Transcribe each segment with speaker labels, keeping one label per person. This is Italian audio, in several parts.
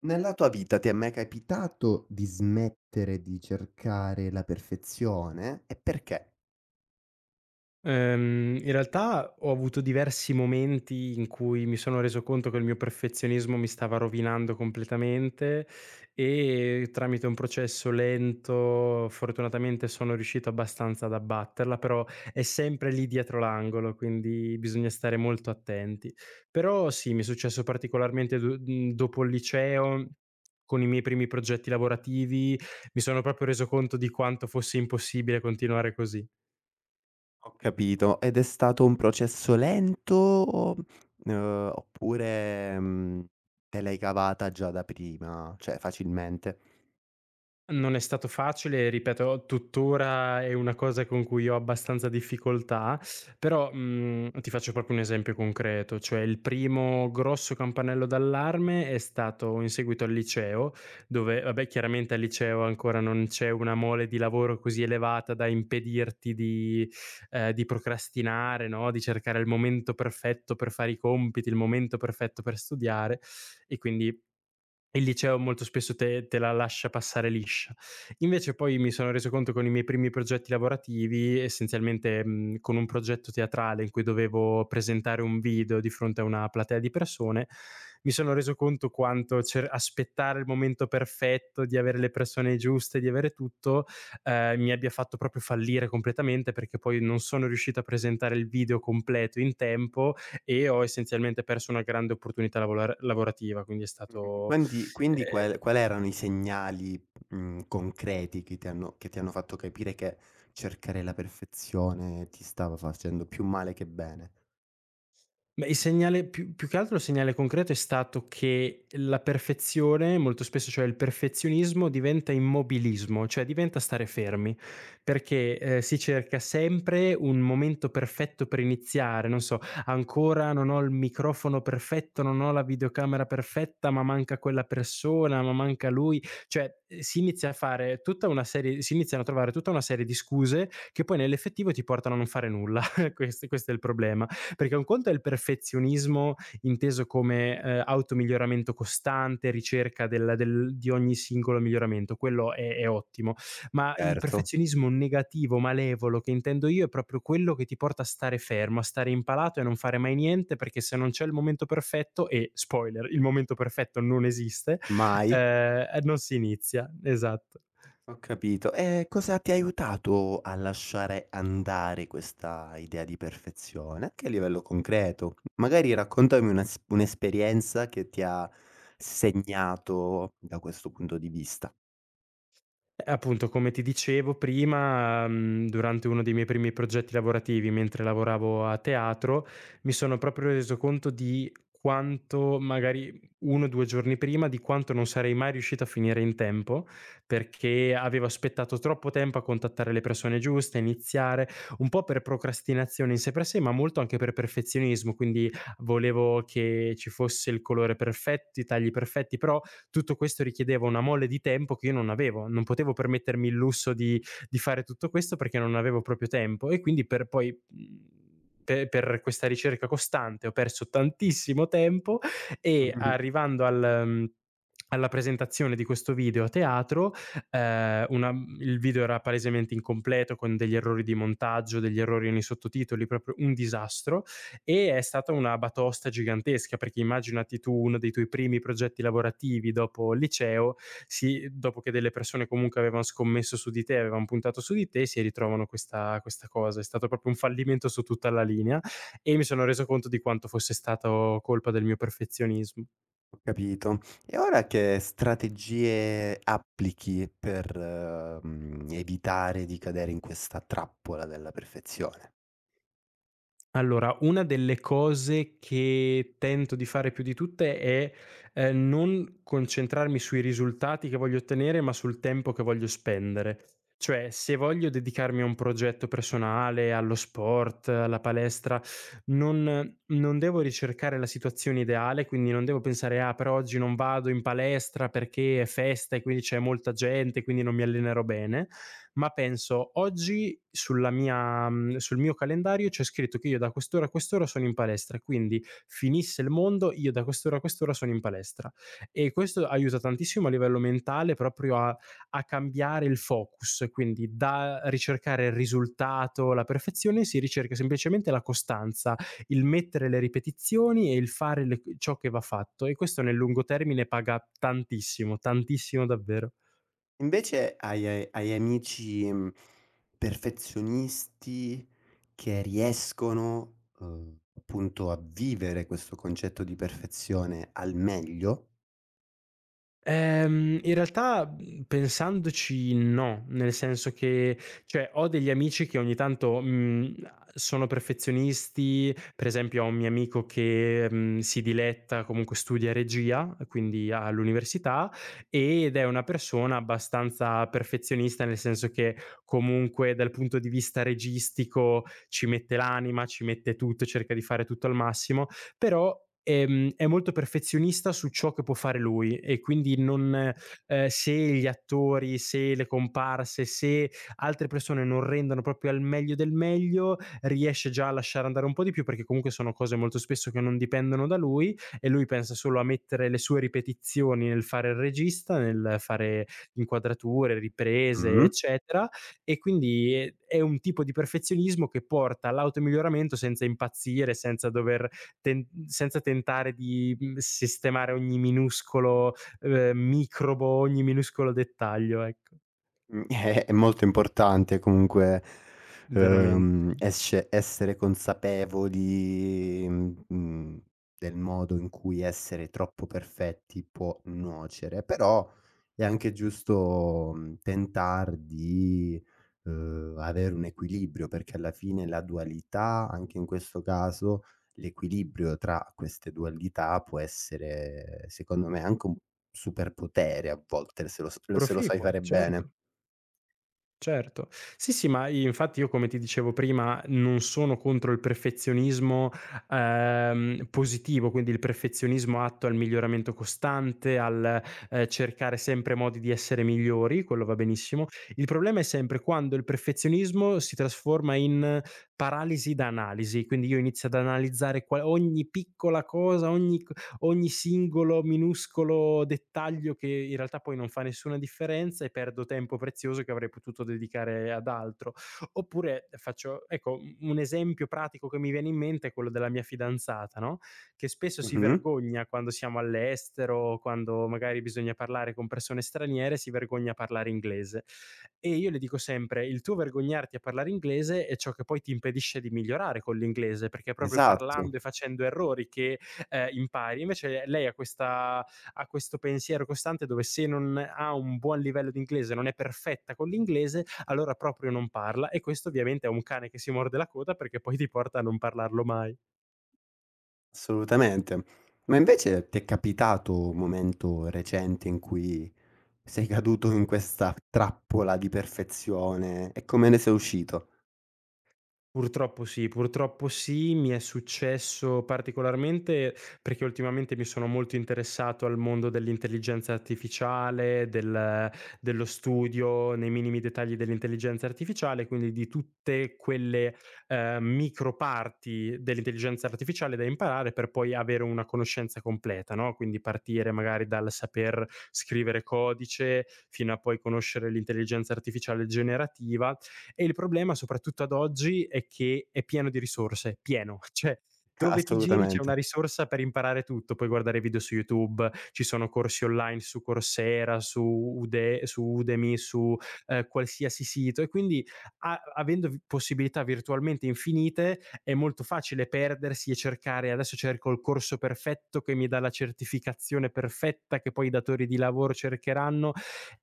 Speaker 1: Nella tua vita ti è mai capitato di smettere di cercare la perfezione? E perché?
Speaker 2: In realtà ho avuto diversi momenti in cui mi sono reso conto che il mio perfezionismo mi stava rovinando completamente e tramite un processo lento, fortunatamente sono riuscito abbastanza ad abbatterla, però è sempre lì dietro l'angolo, quindi bisogna stare molto attenti. Però sì, mi è successo particolarmente dopo il liceo. Con i miei primi progetti lavorativi mi sono proprio reso conto di quanto fosse impossibile continuare così.
Speaker 1: Ho capito. Ed è stato un processo lento o uhm, oppure, mhmm, te l'hai cavata già da prima, cioè facilmente?
Speaker 2: Non è stato facile, ripeto, tuttora è una cosa con cui ho abbastanza difficoltà, però, ti faccio proprio un esempio concreto, cioè il primo grosso campanello d'allarme è stato in seguito al liceo, dove vabbè chiaramente al liceo ancora non c'è una mole di lavoro così elevata da impedirti di procrastinare, no, di cercare il momento perfetto per fare i compiti, il momento perfetto per studiare e quindi il liceo molto spesso te la lascia passare liscia. Invece poi mi sono reso conto con i miei primi progetti lavorativi, essenzialmente, con un progetto teatrale in cui dovevo presentare un video di fronte a una platea di persone, mi sono reso conto quanto cer aspettare il momento perfetto, di avere le persone giuste, di avere tutto, mi abbia fatto proprio fallire completamente, perché poi non sono riuscito a presentare il video completo in tempo e ho essenzialmente perso una grande opportunità lavolar lavorativa, quindi è stato.
Speaker 1: Quindi
Speaker 2: Ehm,
Speaker 1: qual erano i segnali, concreti che ti hanno fatto capire che cercare la perfezione ti stava facendo più male che bene?
Speaker 2: ma il segnale più che altro il segnale concreto è stato che la perfezione molto spesso cioè il perfezionismo diventa immobilismo, cioè diventa stare fermi, perché, si cerca sempre un momento perfetto per iniziare, non so: "Ancora non ho il microfono perfetto, non ho la videocamera perfetta, ma manca quella persona, ma manca lui." Cioè, si inizia a fare tutta una serie si iniziano a trovare tutta una serie di scuse che poi nell'effettivo ti portano a non fare nulla. Questo è il problema. Perché un conto è il perfezionismo inteso come, automiglioramento costante, ricerca del del di ogni singolo miglioramento, quello è ottimo, ma il
Speaker 1: Certo.
Speaker 2: perfezionismo negativo, malevolo che intendo io, è proprio quello che ti porta a stare fermo, a stare impalato e a non fare mai niente, perché se non c'è il momento perfetto e spoiler, il momento perfetto non esiste,
Speaker 1: Mai?
Speaker 2: non si inizia. Esatto.
Speaker 1: Ho capito. E cosa ti ha aiutato a lasciare andare questa idea di perfezione? Anche a livello concreto. Magari raccontami una s un'esperienza che ti ha segnato da questo punto di vista.
Speaker 2: Appunto, come ti dicevo prima, durante uno dei miei primi progetti lavorativi, mentre lavoravo a teatro, mi sono proprio reso conto di quanto magari 1 o 2 giorni prima, di quanto non sarei mai riuscito a finire in tempo, perché avevo aspettato troppo tempo a contattare le persone giuste, a iniziare, un po' per procrastinazione in sé per sé, ma molto anche per perfezionismo, quindi volevo che ci fosse il colore perfetto, i tagli perfetti, però tutto questo richiedeva una mole di tempo che io non avevo, non potevo permettermi il lusso di fare tutto questo perché non avevo proprio tempo e quindi per questa ricerca costante ho perso tantissimo tempo e
Speaker 1: Mh-mh.
Speaker 2: arrivando alla presentazione di questo video a teatro, eh, una- il video era palesemente incompleto con degli errori di montaggio, degli errori nei sottotitoli, proprio un disastro e è stata una batosta gigantesca perché immaginati tu uno dei tuoi primi progetti lavorativi dopo il liceo, si dopo che delle persone comunque avevano scommesso su di te, avevan puntato su di te, si ritrovano questa cosa. È stato proprio un fallimento su tutta la linea e mi sono reso conto di quanto fosse stato colpa del mio perfezionismo.
Speaker 1: Ho capito. E ora che strategie applichi per, evitare di cadere in questa trappola della perfezione?
Speaker 2: Allora, una delle cose che tento di fare più di tutte è, non concentrarmi sui risultati che voglio ottenere, ma sul tempo che voglio spendere. Cioè, se voglio dedicarmi a un progetto personale, allo sport, alla palestra, non devo ricercare la situazione ideale, quindi non devo pensare: "Ah, però oggi non vado in palestra perché è festa e quindi c'è molta gente, quindi non mi allenerò bene", ma penso oggi sulla mia, sul mio calendario c'è scritto che io da quest'ora a quest'ora sono in palestra, quindi finisse il mondo io da quest'ora a quest'ora sono in palestra. E questo aiuta tantissimo a livello mentale proprio a cambiare il focus, quindi da ricercare il risultato, la perfezione, si ricerca semplicemente la costanza, il mettere le ripetizioni e il fare le c ciò che va fatto e questo nel lungo termine paga tantissimo, tantissimo davvero.
Speaker 1: Invece hai amici, perfezionisti che riescono, appunto a vivere questo concetto di perfezione al meglio?
Speaker 2: In realtà, pensandoci no, nel senso che cioè, ho degli amici che ogni tanto, sono perfezionisti. Per esempio, ho un mio amico che, si diletta, comunque studia regia, quindi all'università, ed è una persona abbastanza perfezionista, nel senso che comunque dal punto di vista registico ci mette l'anima, ci mette tutto, cerca di fare tutto al massimo, però è molto perfezionista su ciò che può fare lui e quindi non se gli attori, se le comparse, se altre persone non rendono proprio al meglio del meglio, riesce già a lasciare andare un po' di più, perché comunque sono cose molto spesso che non dipendono da lui e lui pensa solo a mettere le sue ripetizioni nel fare il regista, nel fare inquadrature, riprese,
Speaker 1: Mh.
Speaker 2: eccetera, e quindi è un tipo di perfezionismo che porta all'automiglioramento senza impazzire, senza tentare di sistemare ogni minuscolo, microbo, ogni minuscolo dettaglio, ecco.
Speaker 1: È molto importante comunque,
Speaker 2: Veramente sì.
Speaker 1: esce essere consapevoli, del modo in cui essere troppo perfetti può nuocere, però è anche giusto, tentar di, avere un equilibrio, perché alla fine la dualità, anche in questo caso, l'equilibrio tra queste dualità può essere, secondo me, anche un superpotere a volte, se lo s se lo sai
Speaker 2: Proficuo,
Speaker 1: fare bene.
Speaker 2: certo. Certo. Sì, sì, ma infatti io come ti dicevo prima non sono contro il perfezionismo, positivo, quindi il perfezionismo atto al miglioramento costante, al, cercare sempre modi di essere migliori, quello va benissimo. Il problema è sempre quando il perfezionismo si trasforma in paralisi da analisi, quindi io inizio ad analizzare qua ogni piccola cosa, ogni singolo minuscolo dettaglio che in realtà poi non fa nessuna differenza e perdo tempo prezioso che avrei potuto dedicare ad altro. Oppure faccio ecco, u un esempio pratico che mi viene in mente è quello della mia fidanzata, no, che spesso si
Speaker 1: Mh-mh.
Speaker 2: vergogna quando siamo all'estero, quando magari bisogna parlare con persone straniere, si vergogna a parlare inglese. E io le dico sempre: "Il tuo vergognarti a parlare inglese è ciò che poi ti impedisce di migliorare con l'inglese, perché è proprio
Speaker 1: Esatto,
Speaker 2: parlando e facendo errori che impari." Invece lei ha, ha questo pensiero costante dove se non ha un buon livello di inglese, non è perfetta con l'inglese, allora proprio non parla e questo ovviamente è un cane che si morde la coda perché poi ti porta a non parlarlo mai.
Speaker 1: assolutamente. Ma invece ti è capitato un momento recente in cui sei caduto in questa trappola di perfezione e come ne sei uscito?
Speaker 2: Purtroppo sì, purtroppo sì. Mi è successo particolarmente perché ultimamente mi sono molto interessato al mondo dell'intelligenza artificiale, dello studio nei minimi dettagli dell'intelligenza artificiale, quindi di tutte quelle, micro parti dell'intelligenza artificiale da imparare per poi avere una conoscenza completa, no, quindi partire magari dal saper scrivere codice, fino a poi conoscere l'intelligenza artificiale generativa e il problema, soprattutto ad oggi, è che è pieno di risorse, pieno, cioè dove ti giri c'è
Speaker 1: Assolutamente.
Speaker 2: una risorsa per imparare tutto, puoi guardare video su YouTube, ci sono corsi online su Coursera, su Udemy, su qualsiasi sito e quindi avendo possibilità virtualmente infinite è molto facile perdersi e cercare adesso cerco il corso perfetto che mi dà la certificazione perfetta che poi i datori di lavoro cercheranno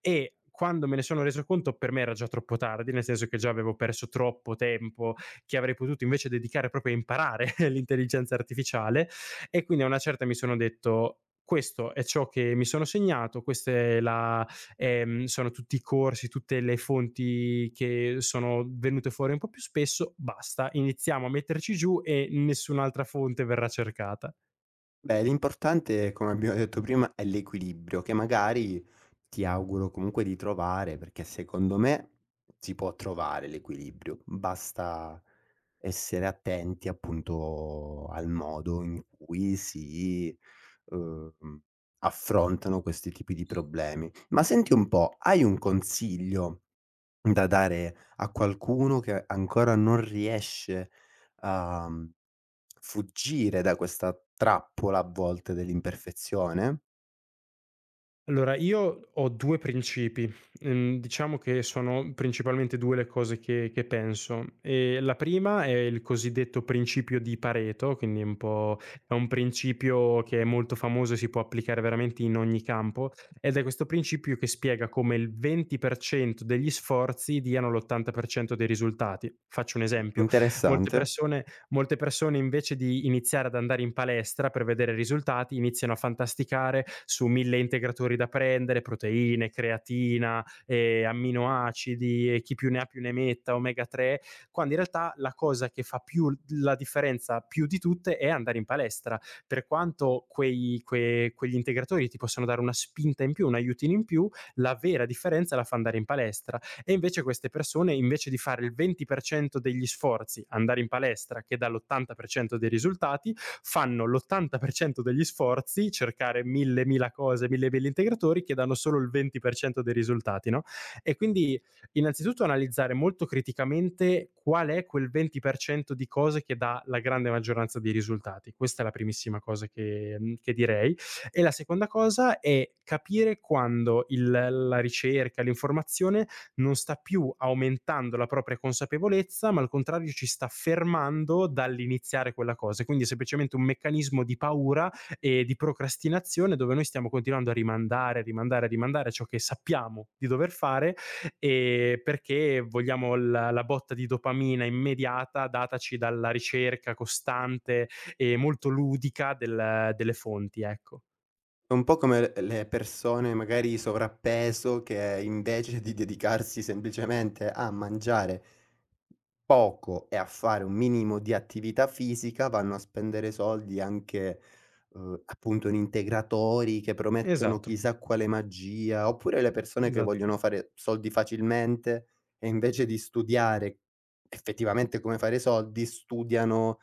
Speaker 2: e quando me ne sono reso conto, per me era già troppo tardi, nel senso che già avevo perso troppo tempo che avrei potuto invece dedicare proprio a imparare l'intelligenza artificiale. E quindi a una certa mi sono detto: questo è ciò che mi sono segnato, sono tutti i corsi, tutte le fonti che sono venute fuori un po' più spesso, basta, iniziamo a metterci giù e nessun'altra fonte verrà cercata.
Speaker 1: Beh, l'importante, come abbiamo detto prima, è l'equilibrio che magari ti auguro comunque di trovare, perché secondo me si può trovare l'equilibrio, basta essere attenti appunto al modo in cui si, uhm, affrontano questi tipi di problemi. Ma senti un po', hai un consiglio da dare a qualcuno che ancora non riesce a fuggire da questa trappola a volte dell'imperfezione?
Speaker 2: Allora, io ho 2 principi. Diciamo che sono principalmente 2 le cose che penso. La prima è il cosiddetto principio di Pareto, quindi è un principio che è molto famoso e si può applicare veramente in ogni campo, ed è questo principio che spiega come il 20% degli sforzi diano l'80% dei risultati. Faccio un
Speaker 1: Mh.
Speaker 2: esempio: molte
Speaker 1: Interessante.
Speaker 2: persone Molte persone invece di iniziare ad andare in palestra per vedere risultati, iniziano a fantasticare su 1000 integratori da prendere, proteine, creatina, amminoacidi e chi più ne ha più ne metta, omega 3, quando in realtà la cosa che fa più la differenza, più di tutte, è andare in palestra. Per quanto quei que quegli integratori ti possono dare una spinta in più, un aiutino in più, la vera differenza la fa andare in palestra. E invece queste persone, invece di fare il 20% degli sforzi, andare in palestra, che dà l'80% dei risultati, fanno l'80% degli sforzi, cercare mila cose, mille integratori, che danno solo il 20% dei risultati, no? E quindi innanzitutto analizzare molto criticamente qual è quel 20% di cose che dà la grande maggioranza dei risultati. Questa è la primissima cosa che, che direi. E la seconda cosa è capire quando il la ricerca, l'informazione non sta più aumentando la propria consapevolezza, ma al contrario ci sta fermando dall'iniziare quella cosa. Quindi è semplicemente un meccanismo di paura e di procrastinazione dove noi stiamo continuando a rimandare, rimandare, rimandare ciò che sappiamo di dover fare e perché vogliamo la botta di dopamina immediata dataci dalla ricerca costante e molto ludica delle fonti, ecco.
Speaker 1: È un po' come le persone magari sovrappeso che invece di dedicarsi semplicemente a mangiare poco e a fare un minimo di attività fisica vanno a spendere soldi anche, appunto in integratori che promettono
Speaker 2: Esatto,
Speaker 1: chissà quale magia, oppure le persone che
Speaker 2: esatto.
Speaker 1: vogliono fare soldi facilmente e invece di studiare effettivamente come fare soldi, studiano,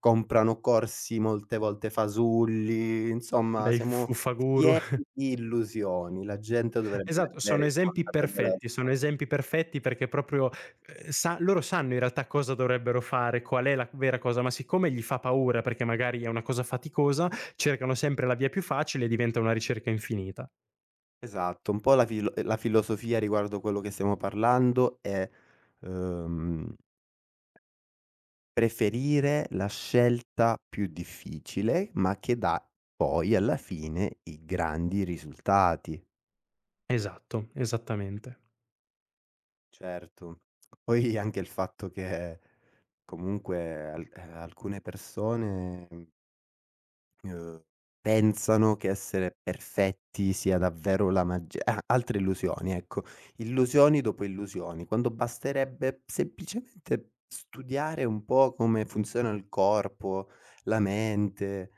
Speaker 1: comprano corsi molte volte fasulli, insomma
Speaker 2: Dai
Speaker 1: siamo
Speaker 2: fuffaguru.
Speaker 1: pieni di illusioni. La gente dovrebbe
Speaker 2: Esatto,
Speaker 1: avere consapevolezza.
Speaker 2: sono esempi perfetti perché proprio, sa loro sanno in realtà cosa dovrebbero fare, qual è la vera cosa, ma siccome gli fa paura perché magari è una cosa faticosa, cercano sempre la via più facile e diventa una ricerca infinita.
Speaker 1: Esatto, un po' la filo la filosofia riguardo quello che stiamo parlando è, uhm, preferire la scelta più difficile, ma che dà poi alla fine i grandi risultati.
Speaker 2: Esatto, esattamente.
Speaker 1: Certo. Poi anche il fatto che comunque al alcune persone, Uhm, pensano che essere perfetti sia davvero la magi ah, altre illusioni, ecco. Illusioni dopo illusioni, quando basterebbe semplicemente studiare un po' come funziona il corpo, la mente.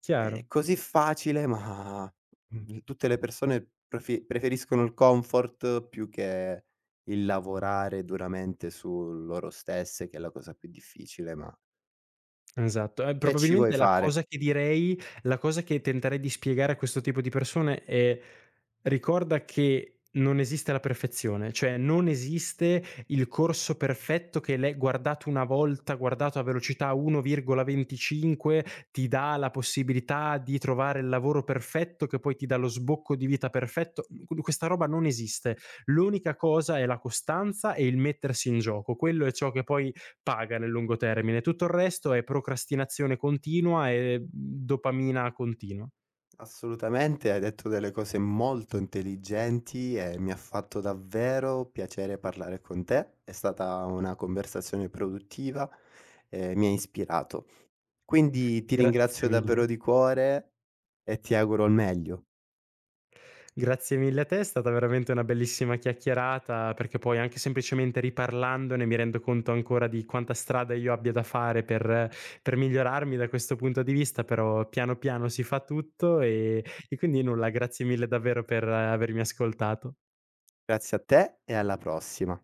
Speaker 2: Chiaro.
Speaker 1: È così facile, ma, tutte le persone prefi preferiscono il comfort più che il lavorare duramente su loro stesse, che è la cosa più difficile, ma
Speaker 2: Esatto.
Speaker 1: che ci vuoi
Speaker 2: Probabilmente
Speaker 1: fare?
Speaker 2: la cosa che tenterei di spiegare a questo tipo di persone è: ricorda che non esiste la perfezione, cioè non esiste il corso perfetto che l'hai guardato una volta, guardato a velocità 1,25, ti dà la possibilità di trovare il lavoro perfetto, che poi ti dà lo sbocco di vita perfetto. Qu questa roba non esiste. L'unica cosa è la costanza e il mettersi in gioco. Quello è ciò che poi paga nel lungo termine. Tutto il resto è procrastinazione continua e dopamina continua.
Speaker 1: Assolutamente, hai detto delle cose molto intelligenti e mi ha fatto davvero piacere parlare con te. È stata una conversazione produttiva e mi ha ispirato. Quindi ti
Speaker 2: Grazie
Speaker 1: ringrazio davvero
Speaker 2: mille.
Speaker 1: di cuore e ti auguro il meglio.
Speaker 2: Grazie mille a te, è stata veramente una bellissima chiacchierata, perché poi anche semplicemente riparlandone mi rendo conto ancora di quanta strada io abbia da fare per migliorarmi da questo punto di vista, però piano piano si fa tutto e quindi nulla, grazie mille davvero per avermi ascoltato.
Speaker 1: Grazie a te e alla prossima.